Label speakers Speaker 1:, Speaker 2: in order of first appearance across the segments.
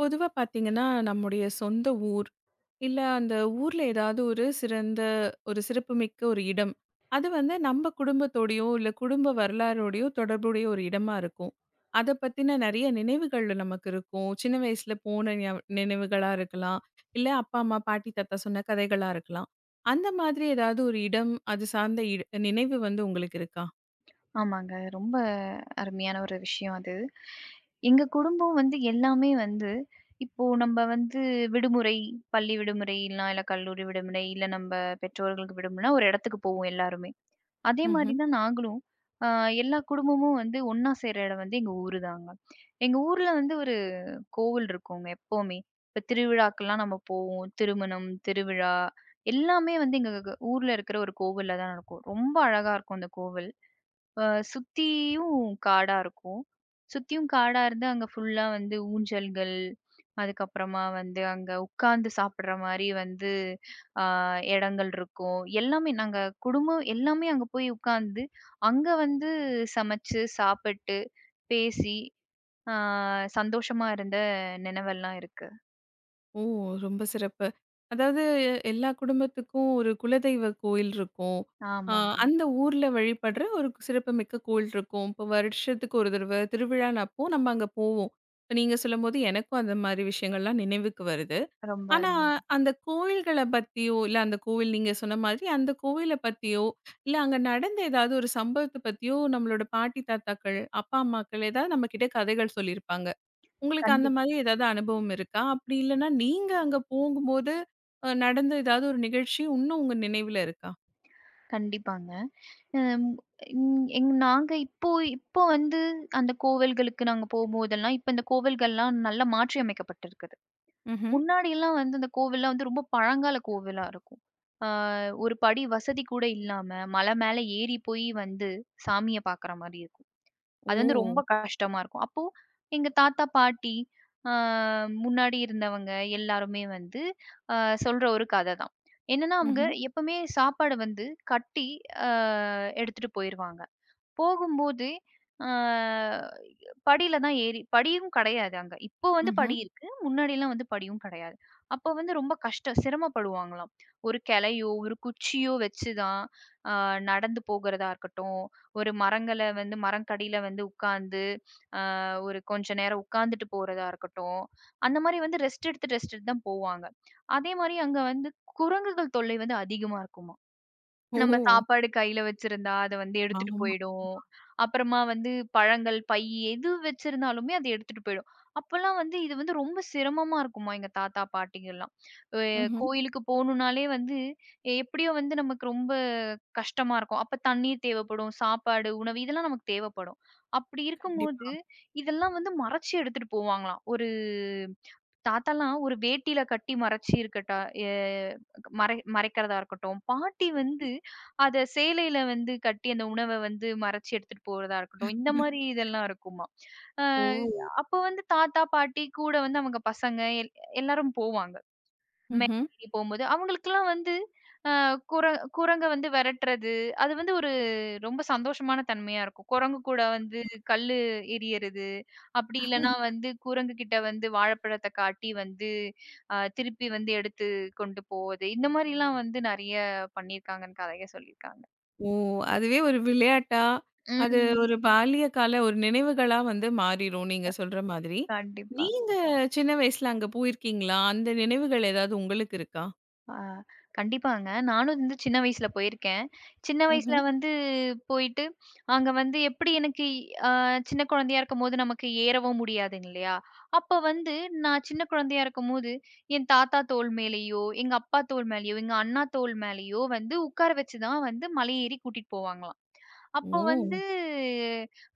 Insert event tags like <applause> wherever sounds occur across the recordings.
Speaker 1: பொதுவா பார்த்தீங்கன்னா, நம்முடைய சொந்த ஊர், இல்ல அந்த ஊர்ல ஏதாவது ஒரு சிறந்த ஒரு சிறப்புமிக்க ஒரு இடம். அது வந்து நம்ம குடும்பத்தோடையோ, இல்ல குடும்ப வரலாறோடையோ தொடர்புடைய ஒரு இடமா இருக்கும். அத பத்தின நெறைய நினைவுகள் நமக்கு இருக்கும். சின்ன வயசுல போன நியாவ நினைவுகளா இருக்கலாம். இல்ல அப்பா, அம்மா, பாட்டி, தாத்தா சொன்ன கதைகளா இருக்கலாம். அந்த மாதிரி ஏதாவது ஒரு இடம், அது சார்ந்த இட நினைவு வந்து உங்களுக்கு இருக்கா?
Speaker 2: ஆமாங்க. ரொம்ப அருமையான ஒரு விஷயம் அது. எங்க குடும்பம் வந்து எல்லாமே வந்து இப்போ நம்ப வந்து விடுமுறை, பள்ளி விடுமுறைலாம், இல்ல கல்லூரி விடுமுறை, இல்ல நம்ப பெற்றோர்களுக்கு விடுமுறைனா, ஒரு இடத்துக்கு போவோம் எல்லாருமே. அதே மாரி
Speaker 1: ம்ஹ்ம்.
Speaker 2: தான் நாங்களும், அ எல்லா குடும்பமும் வந்து ஒண்ணா சேர இடம் வந்து எங்க ஊரு தாங்க. எங்க ஊர்ல வந்து ஒரு கோவில் இருக்குங்க எப்பவுமே. இப்ப திருவிழாக்கெல்லாம் நம்ம போவோம். திருமணம், திருவிழா எல்லாமே வந்து எங்க ஊர்ல இருக்கிற ஒரு கோவில்ல தான் நடக்கும். ரொம்ப அழகா இருக்கும் அந்த கோவில். அ சுத்தியும் காடா இருக்கும். சுத்தியும் காடா இருந்து அங்க ஃபுல்லா வந்து ஊஞ்சல்கள், அதுக்கப்புறமா வந்து அங்க உட்கார்ந்து சாப்பிடுற மாரி வந்து அ இடங்கள் இருக்கும். எல்லாமே நாங்க குடும்பம் எல்லாமே அங்க போய் உட்கார்ந்து, அங்க வந்து சமைச்சு, சாப்பிட்டு, பேசி, ஆ சந்தோஷமா இருந்த நினைவெல்லாம் இருக்கு.
Speaker 1: ஓ! ரொம்ப சிறப்பு. அதாவது எல்லா குடும்பத்துக்கும் ஒரு குலதெய்வ கோயில் இருக்கும். அ
Speaker 2: ஆமாங்க.
Speaker 1: அந்த ஊர்ல வழிபடுற ஒரு சிறப்புமிக்க கோயில் இருக்கும். இப்போ வருஷத்துக்கு ஒரு தடவ திருவிழானப்போ நம்ம அங்க போவோம். இப்ப நீங்க சொல்லும்போது எனக்கும் அந்த மாரி விஷயங்கள்லாம் நினைவுக்கு வருது.
Speaker 2: ரொம்ப
Speaker 1: ஆனா
Speaker 2: அருமை.
Speaker 1: அந்த கோயில்கள பத்தியோ, இல்ல அந்த கோவில் நீங்க சொன்ன மாதிரி அந்த கோவில பத்தியோ, இல்ல அங்க நடந்த ஏதாவது ஒரு சம்பவத்த பத்தியோ நம்மளோட பாட்டி, தாத்தாக்கள், அப்பா, அம்மாக்கள் ஏதாவது நம்மகிட்ட கதைகள் சொல்லியிருப்பாங்க. உங்களுக்கு அந்த
Speaker 2: கண்டிப்பா,
Speaker 1: மாதிரி ஏதாவது அனுபவம் இருக்கா? அப்படி இல்லன்னா, நீங்க அங்க போகும்போது நடந்த ஏதாவது ஒரு நிகழ்ச்சி இன்னும் உங்க நினைவுல இருக்கா?
Speaker 2: கண்டிப்பாங்க. அம் ம் எங் நாங்க இப்போ இப்போ வந்து அந்த கோவில்களுக்கு நாங்க போம்போதெல்லாம், இப்ப இந்த கோவில்கள்லாம் நல்லா மாற்றி அமைக்கப்பட்டிருக்குது.
Speaker 1: ம்ஹ்ம்.
Speaker 2: முன்னாடிலாம் வந்து அந்த கோவில்லாம் வந்து ரொம்ப பழங்கால கோவிலா இருக்கும். ஆ ஒரு படி வசதி கூட இல்லாம, மலை மேல ஏறி போய் வந்து சாமிய பார்க்குற மாரி இருக்கும். அது வந்து
Speaker 1: ஓ!
Speaker 2: ரொம்ப கஷ்டமா இருக்கும். அப்போ எங்க தாத்தா, பாட்டி ஆ முன்னாடி இருந்தவங்க எல்லாருமே வந்து அ சொல்ற ஒரு கத தான். என்னன்னா அவங்க
Speaker 1: ம்ஹ்ம்.
Speaker 2: எப்பவுமே சாப்பாடு வந்து கட்டி அ எடுத்துட்டு போயிருவாங்க. போகும்போது, ஆ படியில தான் ஏறி படியும் கிடையாது அங்க. இப்போ வந்து
Speaker 1: ம்ஹ்ம்.
Speaker 2: படி இருக்கு. முன்னாடிலாம் வந்து படியும் கிடையாது. அப்போ வந்து ரொம்ப கஷ்டம் சிரமப்படுவாங்களாம். ஒரு கிளையோ, ஒரு குச்சியோ வச்சு தான் ஆ நடந்து போகிறதா இருக்கட்டும், ஒரு மரங்கள வந்து மரங்கடியில வந்து உட்கார்ந்து, ஆ ஒரு கொஞ்ச நேரம் உட்கார்ந்துட்டு போறதா இருக்கட்டும், அந்த மாரி வந்து ரெஸ்ட் எடுத்து, ரெஸ்ட் எடுத்து தான் போவாங்க. அதே மாரி அங்க வந்து குரங்குகள் தொல்லை வந்து அதிகமா இருக்குமாம்.
Speaker 1: ஓ!
Speaker 2: நம்ம சாப்பாடு கையில வச்சிருந்தா, அத வந்து எடுத்துட்டு
Speaker 1: ஆமா.
Speaker 2: போயிடும். அப்புறமா வந்து பழங்கள், எது வச்சிருந்தாலுமே அது எடுத்துட்டு போயிடும். அப்பலாம் வந்து இது வந்து ரொம்ப சிரமமா இருக்குமா எங்க தாத்தா, பாட்டிங்கலாம். அ
Speaker 1: ம்ஹ்ம்.
Speaker 2: கோயிலுக்கு போணும்னாலே வந்து எப்படியோ வந்து நமக்கு ரொம்ப கஷ்டமா இருக்கும். அப்ப தண்ணீர் தேவைப்படும், சாப்பாடு, உணவு இதெல்லாம் நமக்கு தேவைப்படும். அப்படி
Speaker 1: கண்டிப்பா.
Speaker 2: இருக்கும்போது, இதெல்லாம் வந்து மறைச்சு எடுத்துட்டு போவாங்களாம். ஒரு தாத்தாலாம் ஒரு வேட்டியில கட்டி மறைச்சு இருக்கட்டா எ மறை மறைக்கிறதா இருக்கட்டும். பாட்டி வந்து அத சேலையில வந்து கட்டி அந்த உணவ வந்து மறைச்சு எடுத்துட்டு போறதா இருக்கட்டும். இந்த மாரி இதெல்லாம் இருக்குமாம். அ
Speaker 1: ஓ!
Speaker 2: அப்போ வந்து தாத்தா, பாட்டி கூட வந்து அவங்க பசங்க எல்லாரும் போவாங்க.
Speaker 1: ம்ஹ்ம்.
Speaker 2: மேலஏறி போம்போது, அவங்களுக்கெல்லாம் வந்து அ குர குரங்க வந்து வெரட்டுறது, அது வந்து ஒரு ரொம்ப சந்தோஷமான தன்மையா இருக்கும். குரங்கு கூட வந்து கல்லு எறியறது, அப்படி இல்லன்னா வந்து குரங்கு கிட்ட வந்து வாழைப்பழத்த காட்டி வந்து திருப்பி வந்து எடுத்து கொண்டு போவது, இந்த மாரிலாம் வந்து நெறைய பண்ணியிருக்காங்கன்னு கதைய சொல்லியிருக்காங்க.
Speaker 1: ஓ! அதுவே ஒரு விளையாட்டா, அது
Speaker 2: ம்.
Speaker 1: ஒரு பால்ய கால ஒரு நினைவுகளா வந்து மாறிரும், நீங்க சொல்ற மாதிரி.
Speaker 2: கண்டிப்பா.
Speaker 1: நீங்க சின்ன வயசுல அங்க போயிருக்கீங்களா? அந்த நினைவுகள் ஏதாவது உங்களுக்கு இருக்கா?
Speaker 2: ஆ கண்டிப்பாங்க. நானும் வந்து சின்ன வயசுல போயிருக்கேன். சின்ன வயசுல
Speaker 1: ம்ஹ்ம்.
Speaker 2: வந்து போயிட்டு, அங்க வந்து எப்படி எனக்கு அ சின்ன குழந்தையா இருக்கும்போது நமக்கு ஏறவும் முடியாதுங்க இல்லையா? அப்ப வந்து நான் சின்ன குழந்தையா இருக்கும்போது, என் தாத்தா தோள் மேலேயோ, எங்க அப்பா தோள் மேலேயோ, எங்க அண்ணா தோள் மேலேயோ வந்து உட்கார வச்சு தான் வந்து மலை ஏறி கூட்டிட்டு போவாங்களாம். அப்போ வந்து
Speaker 1: ஓ!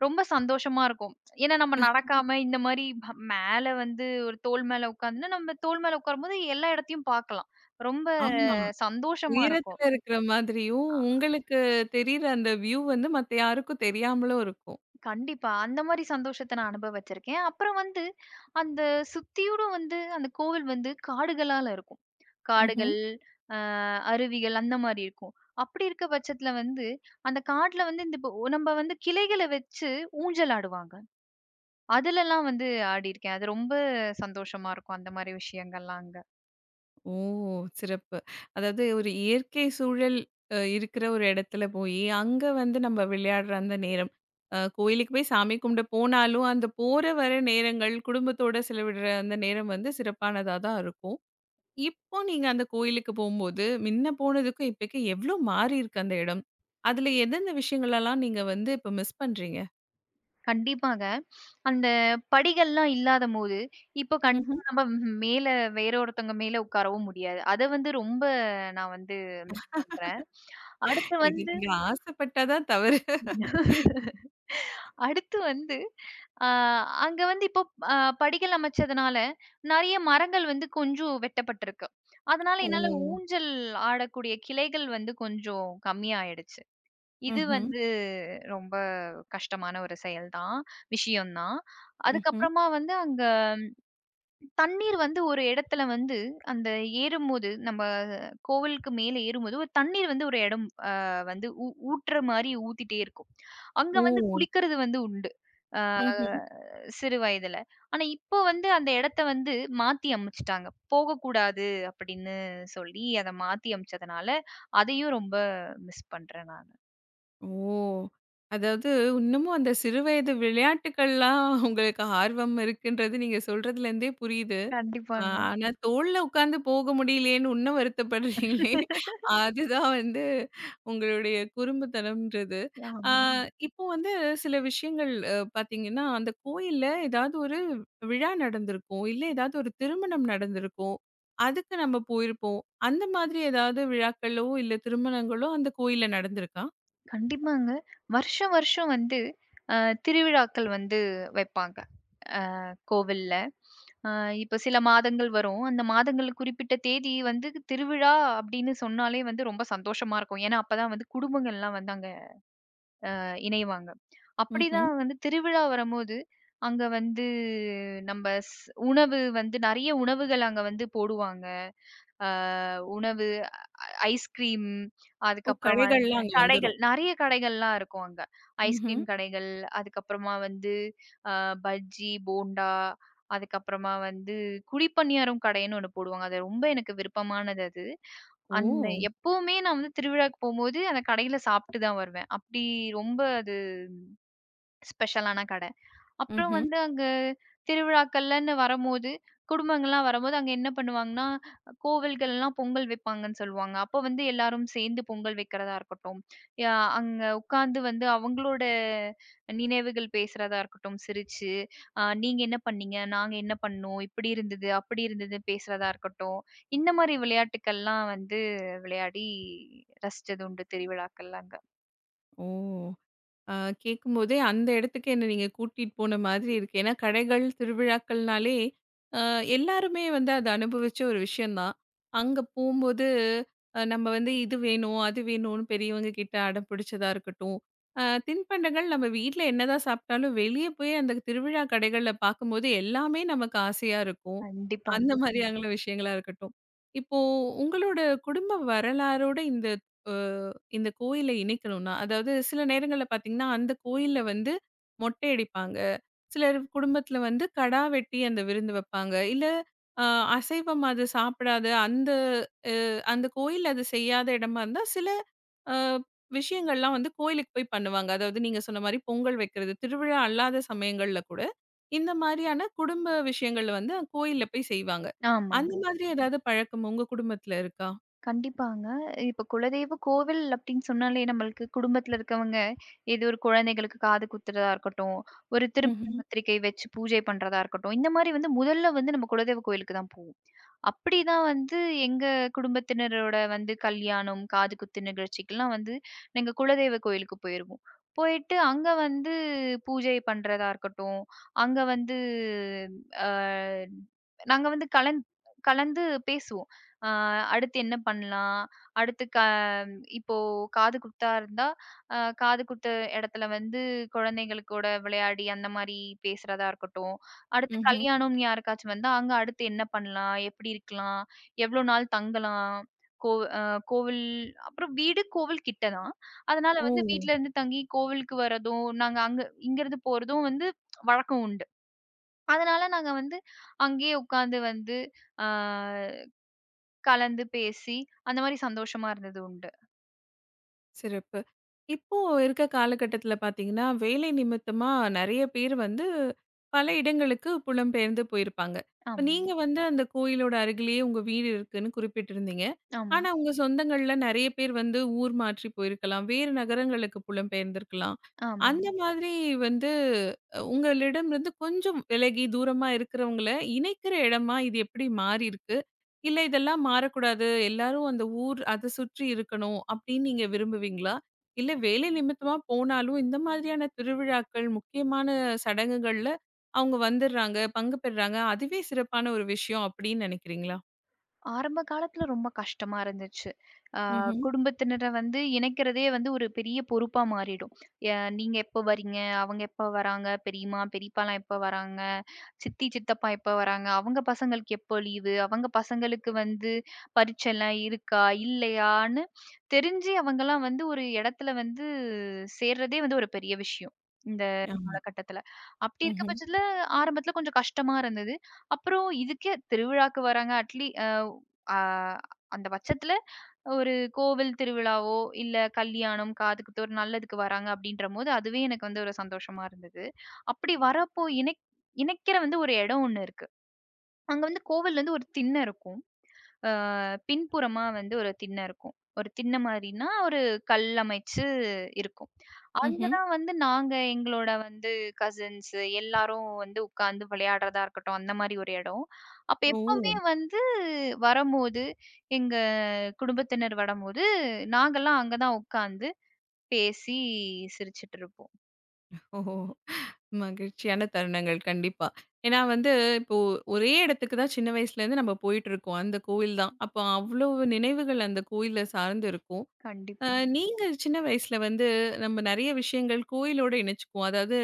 Speaker 2: ரொம்ப சந்தோஷமா இருக்கும். ஏன்னா நம்ம நடக்காம இந்த மாரி மேல வந்து ஒரு தோள் மேல உட்காந்து நம்ம தோள் மேல உட்காரும்போது எல்லா இடத்தையும் பார்க்கலாம். ரொம்ப
Speaker 1: ஆமா.
Speaker 2: சந்தோஷமா
Speaker 1: உயரத்துல
Speaker 2: இருக்கும்.
Speaker 1: இருக்கிற மாதிரியும்,
Speaker 2: அ
Speaker 1: உங்களுக்கு தெரியிற அந்த வியூ வந்து மத்த யாருக்கும் தெரியாமலும் இருக்கும்.
Speaker 2: கண்டிப்பா. அந்த மாரி சந்தோஷத்த நான் அனுபவிச்சிருக்கேன். அப்புறம் வந்து அந்த சுத்தியோடும் வந்து அந்த கோவில் வந்து காடுகளால இருக்கும். ம்.
Speaker 1: ம்ஹ்ம்.
Speaker 2: காடுகள், அ அருவிகள் அந்த மாரி இருக்கும். அப்படி இருக்க பட்சத்துல வந்து அந்த காட்டுல வந்து இந்த இப்ப நம்ம வந்து கிளைகள வச்சு ஊஞ்சல் ஆடுவாங்க. அதுலலாம் வந்து ஆடியிருக்கேன். அது ரொம்ப சந்தோஷமா இருக்கும். அந்த மாரி விஷயங்கள்லாம் அங்க.
Speaker 1: ஓ! சிறப்பு. அதாவது ஒரு இயற்கை சூழல் இருக்கிற ஒரு இடத்துல போயி, அங்க வந்து நம்ம விளையாடுற அந்த நேரம். கோயிலுக்கு போய் சாமி கும்பிட போனாலும், அந்த போற வர நேரங்கள், குடும்பத்தோட செலவிடுற அந்த நேரம் வந்து சிறப்பானதா தான் இருக்கும். இப்போ நீங்க அந்த கோயிலுக்கு போம்போது, மின்ன போனதுக்கும் இப்பக்கும் எவ்ளோ மாறியிருக்கு அந்த இடம்? அதுல எந்தெந்த விஷயங்களலாம் நீங்க வந்து இப்ப மிஸ் பண்றீங்க?
Speaker 2: கண்டிப்பாங்க. அந்த படிகள்லாம் இல்லாதபோது, இப்போ கண்டிப்பா நம்ம மேல வேற ஒருத்தவங்க மேல உட்காரவும் முடியாது. அத வந்து ரொம்ப நான் வந்து மிஸ் பண்றேன். அடுத்து
Speaker 1: இது
Speaker 2: வந்து
Speaker 1: நீங்க ஆசைப்பட்டா தான் தவறு.
Speaker 2: <laughs> அடுத்து வந்து அ அங்க வந்து இப்போ அ படிகள் அமைச்சதுனால, நெறைய மரங்கள் வந்து கொஞ்சம் வெட்டப்பட்டிருக்கு. அதனால
Speaker 1: ஓ!
Speaker 2: என்னால ஊஞ்சல் ஆடக்கூடிய கிளைகள் வந்து கொஞ்சம் கம்மியாயிடுச்சு. இது
Speaker 1: ம்ஹ்ம்,
Speaker 2: வந்து ரொம்ப கஷ்டமான ஒரு செயல் தான், விஷயம் தான்.
Speaker 1: ம்ஹ்ம்.
Speaker 2: அதுக்கப்புறமா வந்து அங்க தண்ணீர் வந்து ஒரு இடத்துல வந்து அந்த ஏறும்போது நம்ம கோவிலுக்கு மேல ஏறும்போது ஒரு தண்ணீர் வந்து ஒரு இடம் வந்து ஊற்றுற மாரி ஊத்திட்டே இருக்கும். அங்க
Speaker 1: ஓ!
Speaker 2: வந்து குளிக்கிறது வந்து உண்டு. ஆ
Speaker 1: ம்ஹ்ம்.
Speaker 2: சிறு வயதுல. ஆனா இப்போ வந்து அந்த இடத்த வந்து மாத்தி அமைச்சுட்டாங்க. போகக்கூடாது அப்படின்னு சொல்லி அத மாத்தி அமைச்சதுனால, அதையும் ரொம்ப மிஸ் பண்றேன் நானு.
Speaker 1: ஓ! அதாவது இன்னமும் அந்த சிறுவயது விளையாட்டுக்கள்லாம் உங்களுக்கு ஆர்வம் இருக்குன்றது நீங்க சொல்றதுலேருந்தே புரியுது.
Speaker 2: கண்டிப்பாங்க.
Speaker 1: ஆனா தோள்ல உட்கார்ந்து போக முடியலையேன்னு இன்னும் வருத்தப்படுறீங்களே! அதுதான் வந்து உங்களுடைய குறும்புத்தனம்ன்றது. ஆ
Speaker 2: ஆம்.
Speaker 1: ம். இப்போ வந்து சில விஷயங்கள் பார்த்தீங்கன்னா, அந்த கோயில்ல ஏதாவது ஒரு விழா நடந்திருக்கும். இல்ல ஏதாவது ஒரு திருமணம் நடந்திருக்கும். அதுக்கு நம்ம போயிருப்போம். அந்த மாதிரி ஏதாவது விழாக்களோ, இல்ல திருமணங்களோ அந்த கோயில்ல நடந்திருக்கா?
Speaker 2: கண்டிப்பாங்க. வருஷம் வருஷம் வந்து அ திருவிழாக்கள் வந்து வைப்பாங்க கோவில்ல. அ இப்ப சில மாதங்கள் வரும். அந்த மாதங்கள்ல குறிப்பிட்ட தேதி வந்து திருவிழா அப்படின்னு சொன்னாலே வந்து ரொம்ப சந்தோஷமா இருக்கும். ஏன்னா, அப்பதான் வந்து குடும்பங்கள்லாம் வந்து அங்க இணைவாங்க.
Speaker 1: ம்ஹ்ம்.
Speaker 2: அப்படிதான் வந்து திருவிழா வரும்போது, அங்க வந்து நம்ம உணவு வந்து நெறைய உணவுகள் அங்க வந்து போடுவாங்க. அ உணவு ஐஸ்கிரீம்,
Speaker 1: ஓ!
Speaker 2: அதுக்கப்புறம் வந்து
Speaker 1: கடைகள்லாம் அங்க
Speaker 2: கடைகள்,
Speaker 1: வந்துரும்.
Speaker 2: நெறைய கடைகள்லாம் இருக்கும் அங்க.
Speaker 1: ம்ஹ்ம்.
Speaker 2: ஐஸ்கிரீம் கடைகள், அதுக்கப்புறமா வந்து அ பஜ்ஜி, போண்டா, அதுக்கப்புறமா வந்து குழிப்பணியாரம் கடைன்னு ஒண்ணு போடுவாங்க. அது ரொம்ப எனக்கு விருப்பமானது அது. அந்த
Speaker 1: ஓ!
Speaker 2: எப்பவுமே நான் வந்து திருவிழாக்கு போம்போது, அந்த கடையில சாப்பிட்டு தான் வருவேன். அப்படி ரொம்ப அது ஸ்பெஷலான கடை. அப்புறம்
Speaker 1: ம்ஹ்ம்.
Speaker 2: வந்து அங்க திருவிழாக்கள்லன்னு வரம்போது, குடும்பங்கள்லாம் வரம்போது அங்க என்ன பண்ணுவாங்கன்னா, கோவில்கள்லாம் பொங்கல் வைப்பாங்கன்னு சொல்லுவாங்க. அப்ப வந்து எல்லாரும் சேர்ந்து பொங்கல் வைக்கிறதா இருக்கட்டும், யா அங்க உட்கார்ந்து வந்து அவங்களோட நினைவுகள் பேசுறதா இருக்கட்டும் சிரிச்சு, நீங்க என்ன பண்ணீங்க? நாங்க என்ன பண்ணோம்? இப்படி இருந்தது, அப்படி இருந்ததுன்னு பேசுறதா இருக்கட்டும். இந்த மாரி விளையாட்டுக்கள்லாம் வந்து விளையாடி ரசிச்சது உண்டு திருவிழாக்கள்ல அங்க.
Speaker 1: ஓ! ஆ கேட்கும்போதே அந்த இடத்துக்கு என்ன நீங்க கூட்டிட்டு போன மாதிரி இருக்கு. ஏன்னா கடைகள், திருவிழாக்கள்னாலே அ எல்லாருமே வந்து அத அனுபவிச்ச ஒரு விஷயம் தான். அங்க போம்போது நம்ம வந்து இது வேணும், அது வேணும்னு பெரியவங்க கிட்ட அடம் பிடிச்சதா இருக்கட்டும். அ தின்பண்டங்கள் நம்ம வீட்ல என்னதான் சாப்பிட்டாலும் வெளிய போய் அந்த திருவிழா கடைகள்ல பார்க்கும்போது எல்லாமே நமக்கு ஆசையா இருக்கும். அந்த கண்டிப்பா, கண்டிப்பா.
Speaker 2: கண்டிப்பாங்க.
Speaker 1: மாதிரியான விஷயங்களா இருக்கட்டும். இப்போ உங்களோட குடும்ப வரலாறோட இந்த அ இந்த கோயில இணைக்கணும்னா, அதாவது சில நேரங்கள்ல பார்த்தீங்கன்னா, அந்த கோயில்ல வந்து மொட்டை அடிப்பாங்க. சிலர் குடும்பத்தில வந்து கடா வெட்டி அந்த விருந்து வைப்பாங்க. இல்ல அ அசைவம் அது சாப்பிடாது அந்த அ அந்த கோயில்ல அது செய்யாத இடமா இருந்தா, சில அ விஷயங்கள்லாம் வந்து கோயிலுக்கு போய் பண்ணுவாங்க. அதாவது நீங்க சொன்ன மாரி பொங்கல் வைக்கிறது, திருவிழா அல்லாத சமயங்கள்ல கூட இந்த மாரியான குடும்ப விஷயங்கள் வந்து கோயில்ல போய் செய்வாங்க.
Speaker 2: ஆமாங்க.
Speaker 1: அந்த மாதிரி ஏதாவது பழக்கம் உங்க குடும்பத்தில இருக்கா?
Speaker 2: கண்டிப்பாங்க. இப்ப குலதெய்வ கோவில் அப்டின்னு சொன்னாலே நம்மளுக்கு குடும்பத்துல இருக்கவங்க, ஏதோ ஒரு குழந்தைகளுக்கு காது குத்துறதா இருக்கட்டும், ஒரு திருமண
Speaker 1: ம்ஹ்ம்.
Speaker 2: பத்திரிகை வச்சு பூஜை பண்றதா இருக்கட்டும், இந்த மாரி வந்து முதல்ல வந்து நம்ம குலதெய்வ கோவிலுக்கு தான் போவோம். அப்படிதான் வந்து எங்க குடும்பத்தினரோட வந்து கல்யாணம், காது குத்து நிகழ்ச்சிக்கெல்லாம் வந்து நாங்க குலதெய்வ கோவிலுக்கு போயிருவோம். போயிட்டு அங்க வந்து பூஜை பண்றதா இருக்கட்டும், அங்க வந்து அ நாங்க வந்து கலந்து பேசுவோம். ஆ அடுத்து என்ன பண்ணலாம்? அடுத்து க இப்போ காது குத்தா இருந்தா, காது குத்த இடத்துல வந்து குழந்தைங்களுக்கூட விளையாடி அந்த மாரி பேசுறதா இருக்கட்டும். அடுத்து
Speaker 1: ம்ஹ்ம்.
Speaker 2: கல்யாணம்னு யாருக்காச்சும் வந்தா, அங்க அடுத்து என்ன பண்ணலாம்? எப்படி இருக்கலாம்? எவ்வளோ நாள் தங்கலாம்? கோ அ கோவில் அப்புறம் வீடு கோவில் கிட்ட தான். அதனால வந்து
Speaker 1: ஓ!
Speaker 2: வீட்ல இருந்து தங்கி கோவிலுக்கு வரதும், நாங்க அங்க இங்கருந்து போறதும் வந்து வழக்கம் உண்டு. அதனால நாங்க வந்து அங்கேயே உட்காந்து வந்து, ஆ கலந்து பேசி, அந்த மாரி சந்தோஷமா இருந்தது உண்டு.
Speaker 1: சிறப்பு. இப்போ இருக்க காலகட்டத்தில பார்த்தீங்கன்னா, வேலை நிமித்தமா நெறைய பேர் வந்து பல இடங்களுக்கு புலம்பெயர்ந்து போயிருப்பாங்க. இப்ப
Speaker 2: ஆமாங்க,
Speaker 1: நீங்க வந்து அந்த கோயிலோட அருகிலேயே உங்க வீடு இருக்குன்னு குறிப்பிட்டிருந்தீங்க.
Speaker 2: ஆமாங்க,
Speaker 1: ஆனா உங்க சொந்தங்கள்ல நெறைய பேர் வந்து ஊர் மாற்றி போயிருக்கலாம். வேறு நகரங்களுக்கு புலம்பெயர்ந்திருக்கலாம்.
Speaker 2: ஆமாங்க.
Speaker 1: அந்த மாதிரி வந்து உங்களிடமிருந்து கொஞ்சம் விலகி தூரமா இருக்கிறவங்கள இணைக்கிற இடமா இது எப்படி மாறியிருக்கு? இல்ல இதெல்லாம் மாறக்கூடாது. எல்லாரும் அந்த ஊர் அத சுற்றி இருக்கணும் அப்படின்னு நீங்க விரும்புவீங்களா? இல்ல வேலை நிமித்தமா போனாலும் இந்த மாதிரியான திருவிழாக்கள், முக்கியமான சடங்குகள்ல அவங்க வந்துடுறாங்க, பங்கு பெறுறாங்க. அதுவே சிறப்பான ஒரு விஷயம் அப்படின்னு நினைக்கிறீங்களா?
Speaker 2: ஆரம்ப காலத்துல ரொம்ப கஷ்டமா இருந்துச்சு. ஆ
Speaker 1: ம்ஹ்ம்.
Speaker 2: குடும்பத்தினர வந்து இணைக்கிறதே வந்து ஒரு பெரிய பொறுப்பா மாறிடும். நீங்க எப்ப வரீங்க? அவங்க எப்ப வராங்க? பெரியம்மா, பெரியப்பாலாம் எப்ப வராங்க? சித்தி, சித்தப்பா எப்ப வராங்க? அவங்க பசங்களுக்கு எப்போ லீவு? அவங்க பசங்களுக்கு வந்து பரீட்சைலாம் இருக்கா? இல்லையான்னு?" தெரிஞ்சு அவங்கலாம் வந்து ஒரு இடத்துல வந்து சேர்றதே வந்து ஒரு பெரிய விஷயம். இந்த
Speaker 1: ஆமா.
Speaker 2: காலகட்டத்துல. அப்படி இருக்க
Speaker 1: ம்ஹ்ம்.
Speaker 2: பட்சத்துல ஆரம்பத்துல கொஞ்சம் கஷ்டமா இருந்தது. அப்புறம் இதுக்கே திருவிழாக்கு வராங்க அட்லீ அ ஆ அந்த பட்சத்துல ஒரு கோவில் திருவிழாவோ, இல்ல கல்யாணம், காது குத்து ஒரு நல்லதுக்கு வராங்க அப்படின்றபோது, அதுவே எனக்கு வந்து ஒரு சந்தோஷமா இருந்தது. அப்படி வரப்போ இணைக்கிற வந்து ஒரு இடம் ஒண்ணு இருக்கு. அங்க வந்து கோவில்லேருந்து ஒரு திண்ணை இருக்கும். அ பின்புறமா வந்து ஒரு திண்ணை இருக்கும். ஒரு திண்ணை மாரின்னா, ஒரு கல் அமைச்சு இருக்கும். அங்க
Speaker 1: ம்ஹ்ம்.
Speaker 2: தான் வந்து நாங்க எங்களோட வந்து கசின்ஸ் எல்லாரும் வந்து உட்கார்ந்து விளையாடுறதா இருக்கட்டும், அந்த மாரி ஒரு இடம். அப்ப
Speaker 1: ஓ!
Speaker 2: எப்பவுமே வந்து வரம்போது, எங்க குடும்பத்தினர் வரம்போது, நாங்கலாம் அங்க தான் உட்கார்ந்து பேசி சிரிச்சுட்டு இருப்போம்.
Speaker 1: ஓஹோ! மகிழ்ச்சியான தருணங்கள் கண்டிப்பா. ஏன்னா வந்து இப்போ ஒரே இடத்துக்கு தான் சின்ன வயசுலேருந்து நம்ம போயிட்டு இருக்கோம். அந்த கோயில் தான். அப்போ அவ்வளவு நினைவுகள் அந்த கோயில சார்ந்து இருக்கும். அ
Speaker 2: கண்டிப்பா.
Speaker 1: நீங்க சின்ன வயசுல வந்து நம்ம நெறைய விஷயங்கள் கோயிலோட இணைச்சுக்குவோம். அதாவது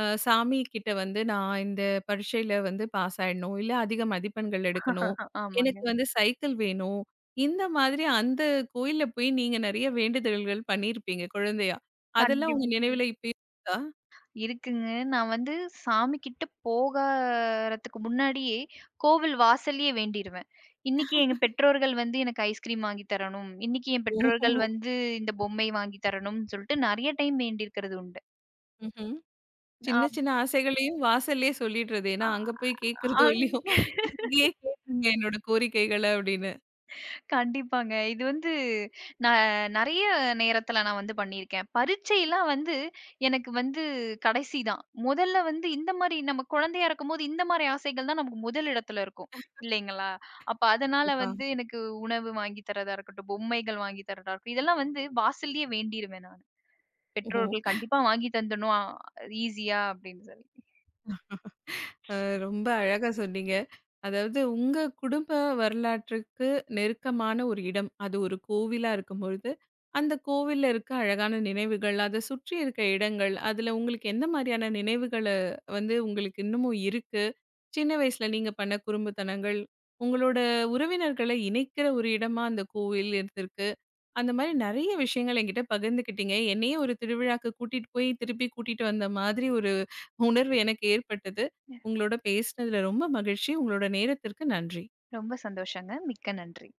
Speaker 1: சாமி கிட்ட வந்து நான் இந்த பரீட்சையில வந்து பாஸ் ஆயிடணும், இல்ல அதிக மதிப்பெண்கள் எடுக்கணும்,
Speaker 2: <laughs>
Speaker 1: எனக்கு
Speaker 2: ஆமாங்க.
Speaker 1: வந்து சைக்கிள் வேணும். இந்த மாதிரி அந்த கோயில்ல போய் நீங்க நெறைய வேண்டுதல்கள் பண்ணியிருப்பீங்க குழந்தையா. அதெல்லாம்
Speaker 2: கண்டிப்பா.
Speaker 1: உங்க நினைவுல இப்பயும் இருக்கா?
Speaker 2: இருக்குங்க. நான் வந்து சாமி கிட்ட போகறதுக்கு முன்னாடியே, கோவில் வாசல்லயே வேண்டிருவேன். இன்னைக்கு எங்க பெற்றோர்கள் வந்து எனக்கு ஐஸ்கிரீம் வாங்கி தரணும். இன்னைக்கு என் பெற்றோர்கள்
Speaker 1: ஓஹோ!
Speaker 2: வந்து இந்த பொம்மை வாங்கி தரணும்னு சொல்லிட்டு நெறைய டைம் வேண்டியிருக்கிறது உண்டு.
Speaker 1: ம்ஹ்ம். சின்ன
Speaker 2: அப்
Speaker 1: சின்ன ஆசைகளையும் வாசல்லயே சொல்லிடுறது.
Speaker 2: அ
Speaker 1: ஏன்னா அங்க போய் கேட்கிறதோ
Speaker 2: அங்
Speaker 1: இல்லையோ, இங்கேயே கேட்டுருங்க என்னோட கோரிக்கைகள அப்படின்னு.
Speaker 2: கண்டிப்பாங்க. இது வந்து நான் நெறைய நேரத்துல நான் வந்து பண்ணியிருக்கேன். பரீட்சைலாம் வந்து எனக்கு வந்து கடைசி தான். முதல்ல வந்து இந்த மாரி நம்ம குழந்தையா இருக்கும்போது, இந்த மாரி ஆசைகள் தான் நமக்கு முதல் இடத்துல இருக்கும். இல்லைங்களா? அப்ப அதனால
Speaker 1: கண்டிப்பா.
Speaker 2: வந்து எனக்கு உணவு வாங்கி தர்றதா இருக்கட்டும், பொம்மைகள் வாங்கி தர்றதா இருக்கட்டும், இதெல்லாம் வந்து வாசல்லயே வேண்டிருவேன் நானு.
Speaker 1: ஓ!
Speaker 2: பெற்றோர்கள் கண்டிப்பா வாங்கி தந்தணும், ஈஸியா அப்படின்னு சொல்லி.
Speaker 1: அ ரொம்ப அழகா சொன்னீங்க. அதாவது உங்க குடும்ப வரலாற்றுக்கு நெருக்கமான ஒரு இடம். அது ஒரு கோவிலா இருக்கும்பொழுது, அந்த கோவில்ல இருக்க அழகான நினைவுகள், அத சுற்றி இருக்க இடங்கள், அதுல உங்களுக்கு எந்த மாரியான நினைவுகள வந்து உங்களுக்கு இன்னமும் இருக்கு? சின்ன வயசுல நீங்க பண்ண குறும்புத்தனங்கள், உங்களோட உறவினர்கள இணைக்கிற ஒரு இடமா அந்த கோவில் இருந்திருக்கு. அந்த மாரி நெறைய விஷயங்கள் என்கிட்ட பகிர்ந்துக்கிட்டீங்க. என்னையே ஒரு திருவிழாக்கு கூட்டிட்டு போய் திருப்பி கூட்டிட்டு வந்த மாதிரி ஒரு உணர்வு எனக்கு ஏற்பட்டது. உங்களோட பேசினதுல ரொம்ப மகிழ்ச்சி. உங்களோட நேரத்திற்கு நன்றி.
Speaker 2: ரொம்ப சந்தோஷங்க. மிக்க நன்றி.